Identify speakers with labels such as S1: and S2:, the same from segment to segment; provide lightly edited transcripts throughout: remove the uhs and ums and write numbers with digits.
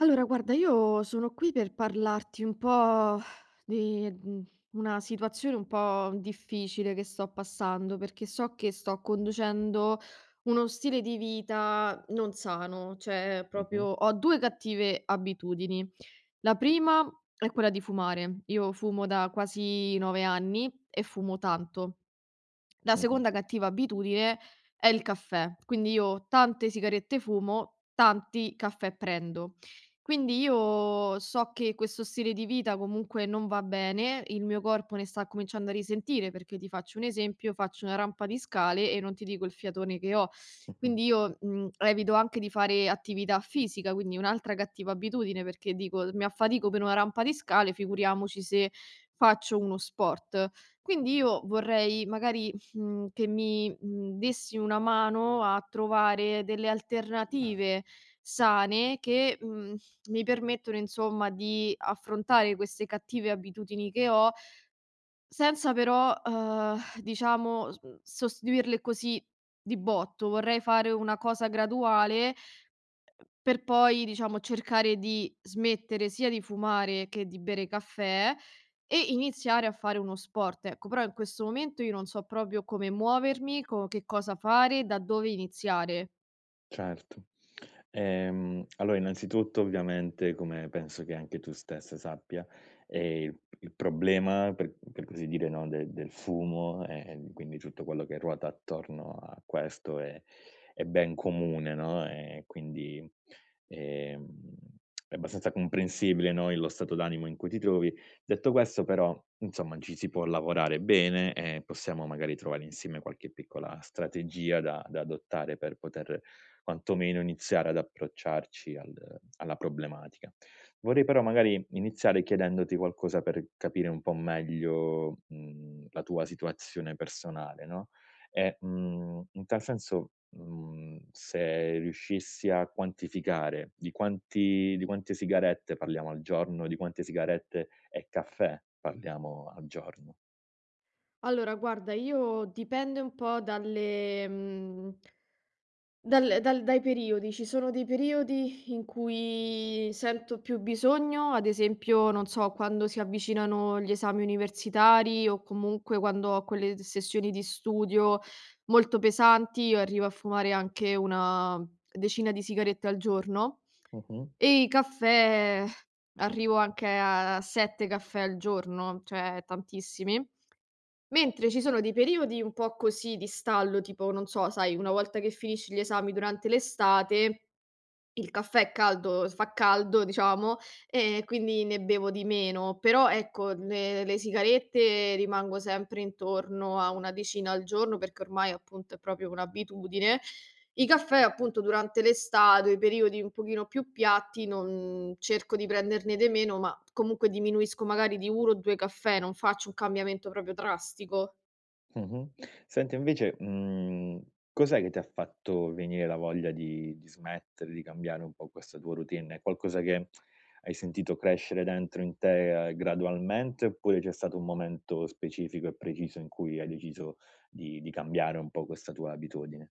S1: Allora, guarda, io sono qui per parlarti un po' di una situazione un po' difficile che sto passando, perché so che sto conducendo uno stile di vita non sano, cioè
S2: Mh-mh,
S1: proprio ho due cattive abitudini. La prima è quella di fumare. Io fumo da quasi 9 anni e fumo tanto. La
S2: mh-mh,
S1: seconda cattiva abitudine è il caffè, quindi io tante sigarette fumo, tanti caffè prendo. Quindi io so che questo stile di vita comunque non va bene, il mio corpo ne sta cominciando a risentire perché ti faccio un esempio, faccio una rampa di scale e non ti dico il fiatone che ho.
S2: mh-mh.
S1: Quindi io, evito anche di fare attività fisica, quindi un'altra cattiva abitudine perché dico: "Mi affatico per una rampa di scale, figuriamoci se faccio uno sport". Quindi io vorrei magari che mi, dessi una mano a trovare delle alternative sane che, mi permettono insomma di affrontare queste cattive abitudini che ho, senza però, diciamo sostituirle così di botto. Vorrei fare una cosa graduale per poi, diciamo, cercare di smettere sia di fumare che di bere caffè e iniziare a fare uno sport, ecco. Però in questo momento io non so proprio come muovermi, co che cosa fare, da dove iniziare.
S2: Certo. Allora innanzitutto ovviamente, come penso che anche tu stessa sappia, il problema per così dire, no, de del fumo e quindi tutto quello che ruota attorno a questo è ben comune, no, e quindi, ehm, è abbastanza comprensibile, no, il lo stato d'animo in cui ti trovi. Detto questo però, insomma, ci si può lavorare bene e possiamo magari trovare insieme qualche piccola strategia da adottare per poter quantomeno iniziare ad approcciarci al alla problematica. Vorrei però magari iniziare chiedendoti qualcosa per capire un po' meglio, la tua situazione personale, no, e, in tal senso, se riuscissi a quantificare di quante sigarette parliamo al giorno, di quante sigarette e caffè parliamo al giorno.
S1: Allora guarda, io dipende un po' dalle mhmm Dal dal dai periodi. Ci sono dei periodi in cui sento più bisogno, ad esempio, non so, quando si avvicinano gli esami universitari o comunque quando ho quelle sessioni di studio molto pesanti. Io arrivo a fumare anche una decina di sigarette al giorno
S2: Mh-mh.
S1: e i caffè arrivo anche a 7 caffè al giorno, cioè tantissimi. Mentre ci sono dei periodi un po' così di stallo, tipo, non so, sai, una volta che finisci gli esami durante l'estate, il caffè è caldo fa caldo, diciamo, e quindi ne bevo di meno. Però, ecco, le sigarette rimango sempre intorno a una decina al giorno, perché ormai, appunto, è proprio un'abitudine. I caffè, appunto, durante l'estate, i periodi un pochino più piatti, non cerco di prenderne de meno, ma comunque diminuisco magari di 1 o 2 caffè, non faccio un cambiamento proprio drastico.
S2: Mh-mh. Senti invece, cos'è che ti ha fatto venire la voglia di smettere, di cambiare un po' questa tua routine? È qualcosa che hai sentito crescere dentro in te, gradualmente, oppure c'è stato un momento specifico e preciso in cui hai deciso di cambiare un po' questa tua abitudine?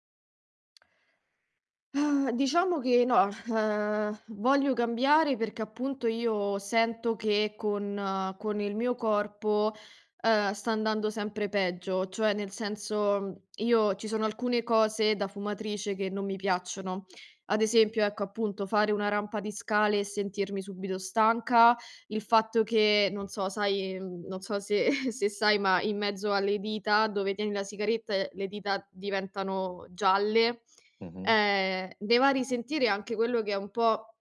S1: Ah, diciamo che no, voglio cambiare perché appunto io sento che con il mio corpo, sta andando sempre peggio, cioè nel senso io ci sono alcune cose da fumatrice che non mi piacciono. Ad esempio, ecco, appunto fare una rampa di scale e sentirmi subito stanca, il fatto che non so, sai non so se se sai, ma in mezzo alle dita dove tieni la sigaretta le dita diventano gialle.
S2: Mh-mh.
S1: Ne va a risentire anche quello che è un po',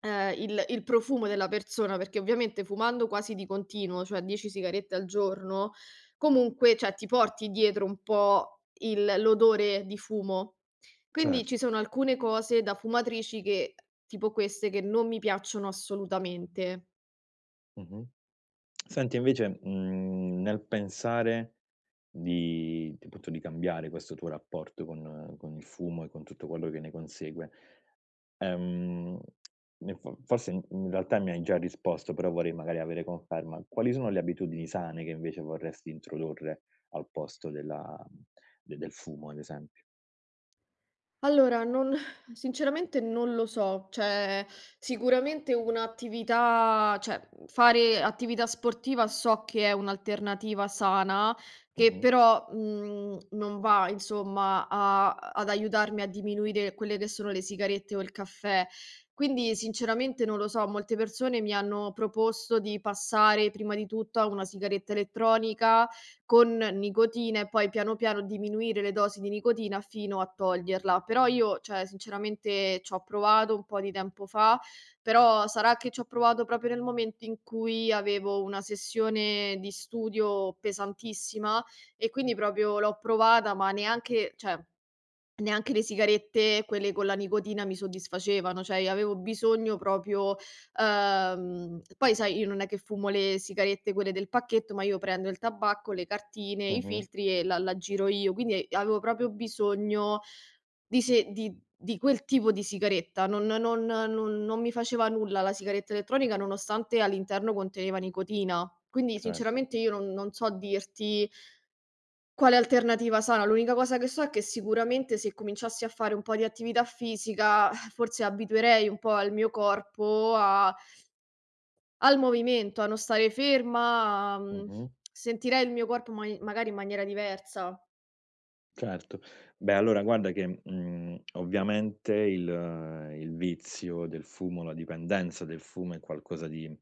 S1: il profumo della persona, perché ovviamente fumando quasi di continuo, cioè 10 sigarette al giorno, comunque, cioè, ti porti dietro un po' il l'odore di fumo. Quindi ci
S2: Certo.
S1: sono alcune cose da fumatrici che tipo queste, che non mi piacciono assolutamente.
S2: Mh-mh. Senti invece, nel pensare di appunto, di cambiare questo tuo rapporto con il fumo e con tutto quello che ne consegue. Ehm, ne fo forse in realtà mi hai già risposto, però vorrei magari avere conferma. Quali sono le abitudini sane che invece vorresti introdurre al posto della de del fumo ad esempio?
S1: Allora, non sinceramente non lo so, cioè sicuramente un'attività cioè fare attività sportiva so che è un'alternativa sana, che
S2: Mh-mh.
S1: però, non va insomma a ad aiutarmi a diminuire quelle che sono le sigarette o il caffè. Quindi sinceramente non lo so, molte persone mi hanno proposto di passare prima di tutto a una sigaretta elettronica con nicotina e poi piano, piano diminuire le dosi di nicotina fino a toglierla. Però io, cioè, sinceramente c'ho provato un po' di tempo fa, però sarà che c'ho provato proprio nel momento in cui avevo una sessione di studio pesantissima e quindi proprio l'ho provata, ma neanche, cioè, neanche le sigarette, quelle con la nicotina mi soddisfacevano, cioè avevo bisogno proprio poi sai io non è che fumo le sigarette quelle del pacchetto, ma io prendo il tabacco, le cartine, i
S2: Mh-mh.
S1: filtri e la l'aggiro io, quindi avevo proprio bisogno di quel tipo di sigaretta, non mi faceva nulla la sigaretta elettronica nonostante all'interno conteneva nicotina. Quindi
S2: Certo.
S1: sinceramente io non so dirti quale alternativa sana? L'unica cosa che so è che sicuramente se cominciassi a fare un po' di attività fisica, forse abituerei un po' al mio corpo a al movimento, a non stare ferma,
S2: Mh-mh.
S1: sentirei il mio corpo ma magari in maniera diversa.
S2: Certo. Beh, allora guarda che, ovviamente il vizio del fumo, la dipendenza del fumo è qualcosa di,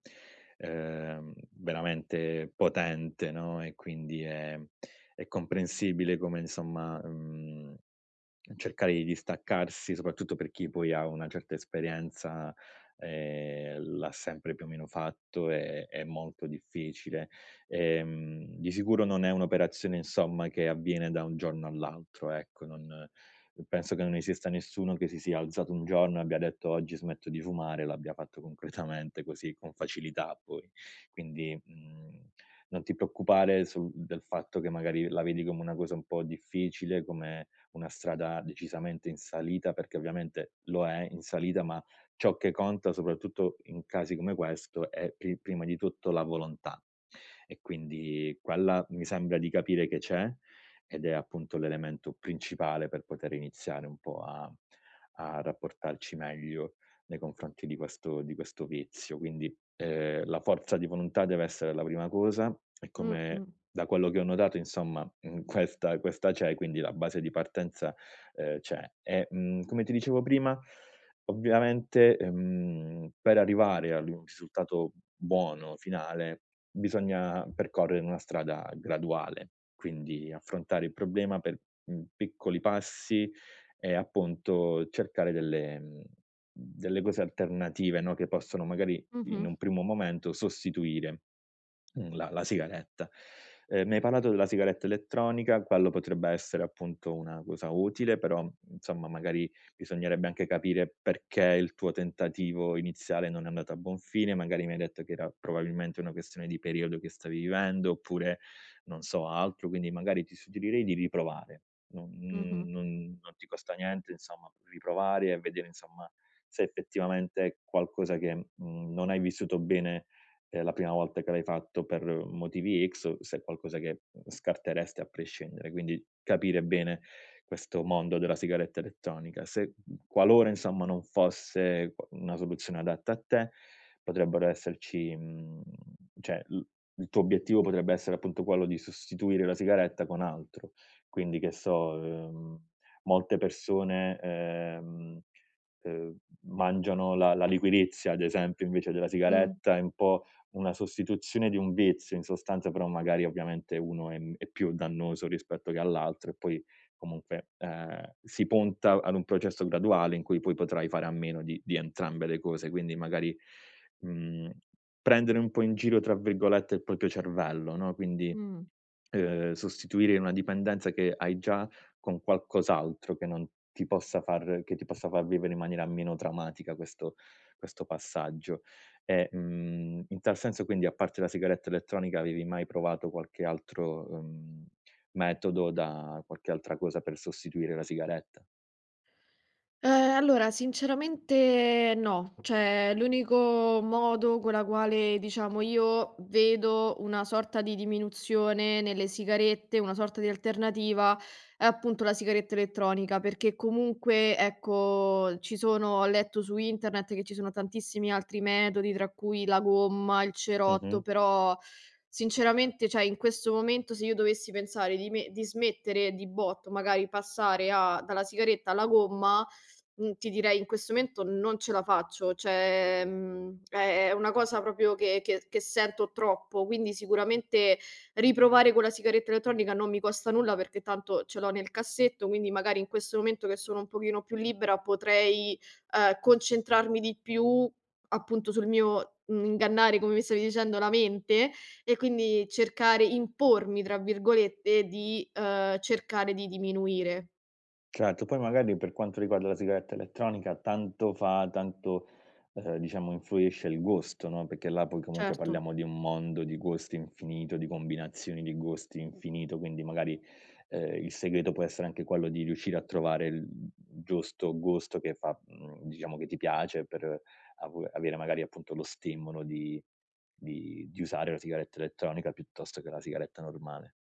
S2: veramente potente, no, e quindi è comprensibile come insomma, mhmm cercare di distaccarsi, soprattutto per chi poi ha una certa esperienza, l'ha sempre più o meno fatto, è molto difficile. Di sicuro non è un'operazione, insomma, che avviene da un giorno all'altro, ecco, non penso che non esista nessuno che si sia alzato un giorno e abbia detto: "Oggi smetto di fumare", e l'abbia fatto concretamente così, con facilità poi. Quindi, non ti preoccupare sul del fatto che magari la vedi come una cosa un po' difficile, come una strada decisamente in salita, perché ovviamente lo è in salita, ma ciò che conta, soprattutto in casi come questo, è prima di tutto la volontà. E quindi quella mi sembra di capire che c'è, ed è appunto l'elemento principale per poter iniziare un po' a rapportarci meglio nei confronti di questo vizio. Quindi, la forza di volontà deve essere la prima cosa e come
S1: Mh-mh.
S2: da quello che ho notato insomma, questa c'è, quindi la base di partenza, c'è. E, come ti dicevo prima, ovviamente, per arrivare ad un risultato buono, finale, bisogna percorrere una strada graduale, quindi affrontare il problema per, piccoli passi e appunto cercare delle delle cose alternative, no, che possono magari in
S1: Mh-mh.
S2: un primo momento sostituire la sigaretta. Mi hai parlato della sigaretta elettronica, quello potrebbe essere appunto una cosa utile, però insomma magari bisognerebbe anche capire perché il tuo tentativo iniziale non è andato a buon fine, magari mi hai detto che era probabilmente una questione di periodo che stavi vivendo, oppure non so altro, quindi magari ti suggerirei di riprovare. Non
S1: Mh-mh.
S2: non non ti costa niente insomma riprovare e vedere insomma se effettivamente è qualcosa che, non hai vissuto bene è la prima volta che l'hai fatto per motivi X, o se è qualcosa che scarteresti a prescindere. Quindi capire bene questo mondo della sigaretta elettronica. Se qualora insomma non fosse q una soluzione adatta a te, potrebbero esserci cioè l il tuo obiettivo potrebbe essere appunto quello di sostituire la sigaretta con altro. Quindi che so, molte persone, ehm, mangiano la liquirizia ad esempio invece della
S1: Mh.
S2: sigaretta, è un po' una sostituzione di un vizio in sostanza, però magari ovviamente uno è m è più dannoso rispetto che all'altro e poi comunque, si punta ad un processo graduale in cui poi potrai fare a meno di entrambe le cose, quindi magari, mhmm, prendere un po' in giro, tra virgolette, il proprio cervello, no, quindi
S1: Mh.
S2: Sostituire una dipendenza che hai già con qualcos'altro che non ti possa far che ti possa far vivere in maniera meno traumatica questo passaggio. E, in tal senso quindi a parte la sigaretta elettronica avevi mai provato qualche altro, metodo da qualche altra cosa per sostituire la sigaretta?
S1: Allora sinceramente no, cioè l'unico modo con la quale diciamo io vedo una sorta di diminuzione nelle sigarette, una sorta di alternativa, è appunto la sigaretta elettronica, perché comunque ecco ci sono ho letto su internet che ci sono tantissimi altri metodi, tra cui la gomma, il
S2: Mh-mh.
S1: cerotto, però sinceramente cioè in questo momento se io dovessi pensare di smettere di botto, magari passare a dalla sigaretta alla gomma. Ti direi in questo momento non ce la faccio, cioè, è una cosa proprio che sento troppo, quindi sicuramente riprovare con la sigaretta elettronica non mi costa nulla perché tanto ce l'ho nel cassetto, quindi magari in questo momento che sono un pochino più libera potrei, concentrarmi di più appunto sul mio, ingannare come mi stavi dicendo la mente e quindi cercare "impormi" tra virgolette di, cercare di diminuire.
S2: Certo, poi magari per quanto riguarda la sigaretta elettronica tanto fa tanto, diciamo influisce il gusto, no, perché là poi comunque
S1: Certo.
S2: parliamo di un mondo di gusti infinito, di combinazioni di gusti infinito, quindi magari, il segreto può essere anche quello di riuscire a trovare il giusto gusto che fa diciamo che ti piace per av avere magari appunto lo stimolo di usare la sigaretta elettronica piuttosto che la sigaretta normale.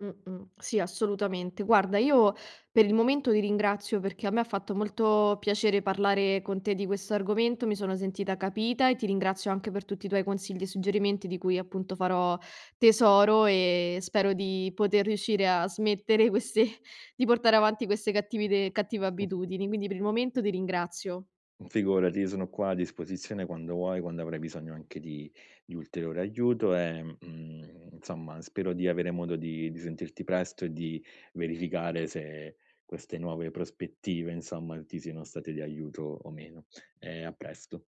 S1: Mh-mh. Sì, assolutamente. Guarda, io per il momento ti ringrazio perché a me ha fatto molto piacere parlare con te di questo argomento, mi sono sentita capita e ti ringrazio anche per tutti i tuoi consigli e suggerimenti di cui appunto farò tesoro e spero di poter riuscire a smettere queste di portare avanti queste cattivide cattive abitudini. Quindi per il momento ti ringrazio.
S2: Figurati, io sono qua a disposizione quando vuoi, quando avrai bisogno anche di ulteriore aiuto e, insomma spero di avere modo di sentirti presto e di verificare se queste nuove prospettive, insomma, ti siano state di aiuto o meno. E a presto.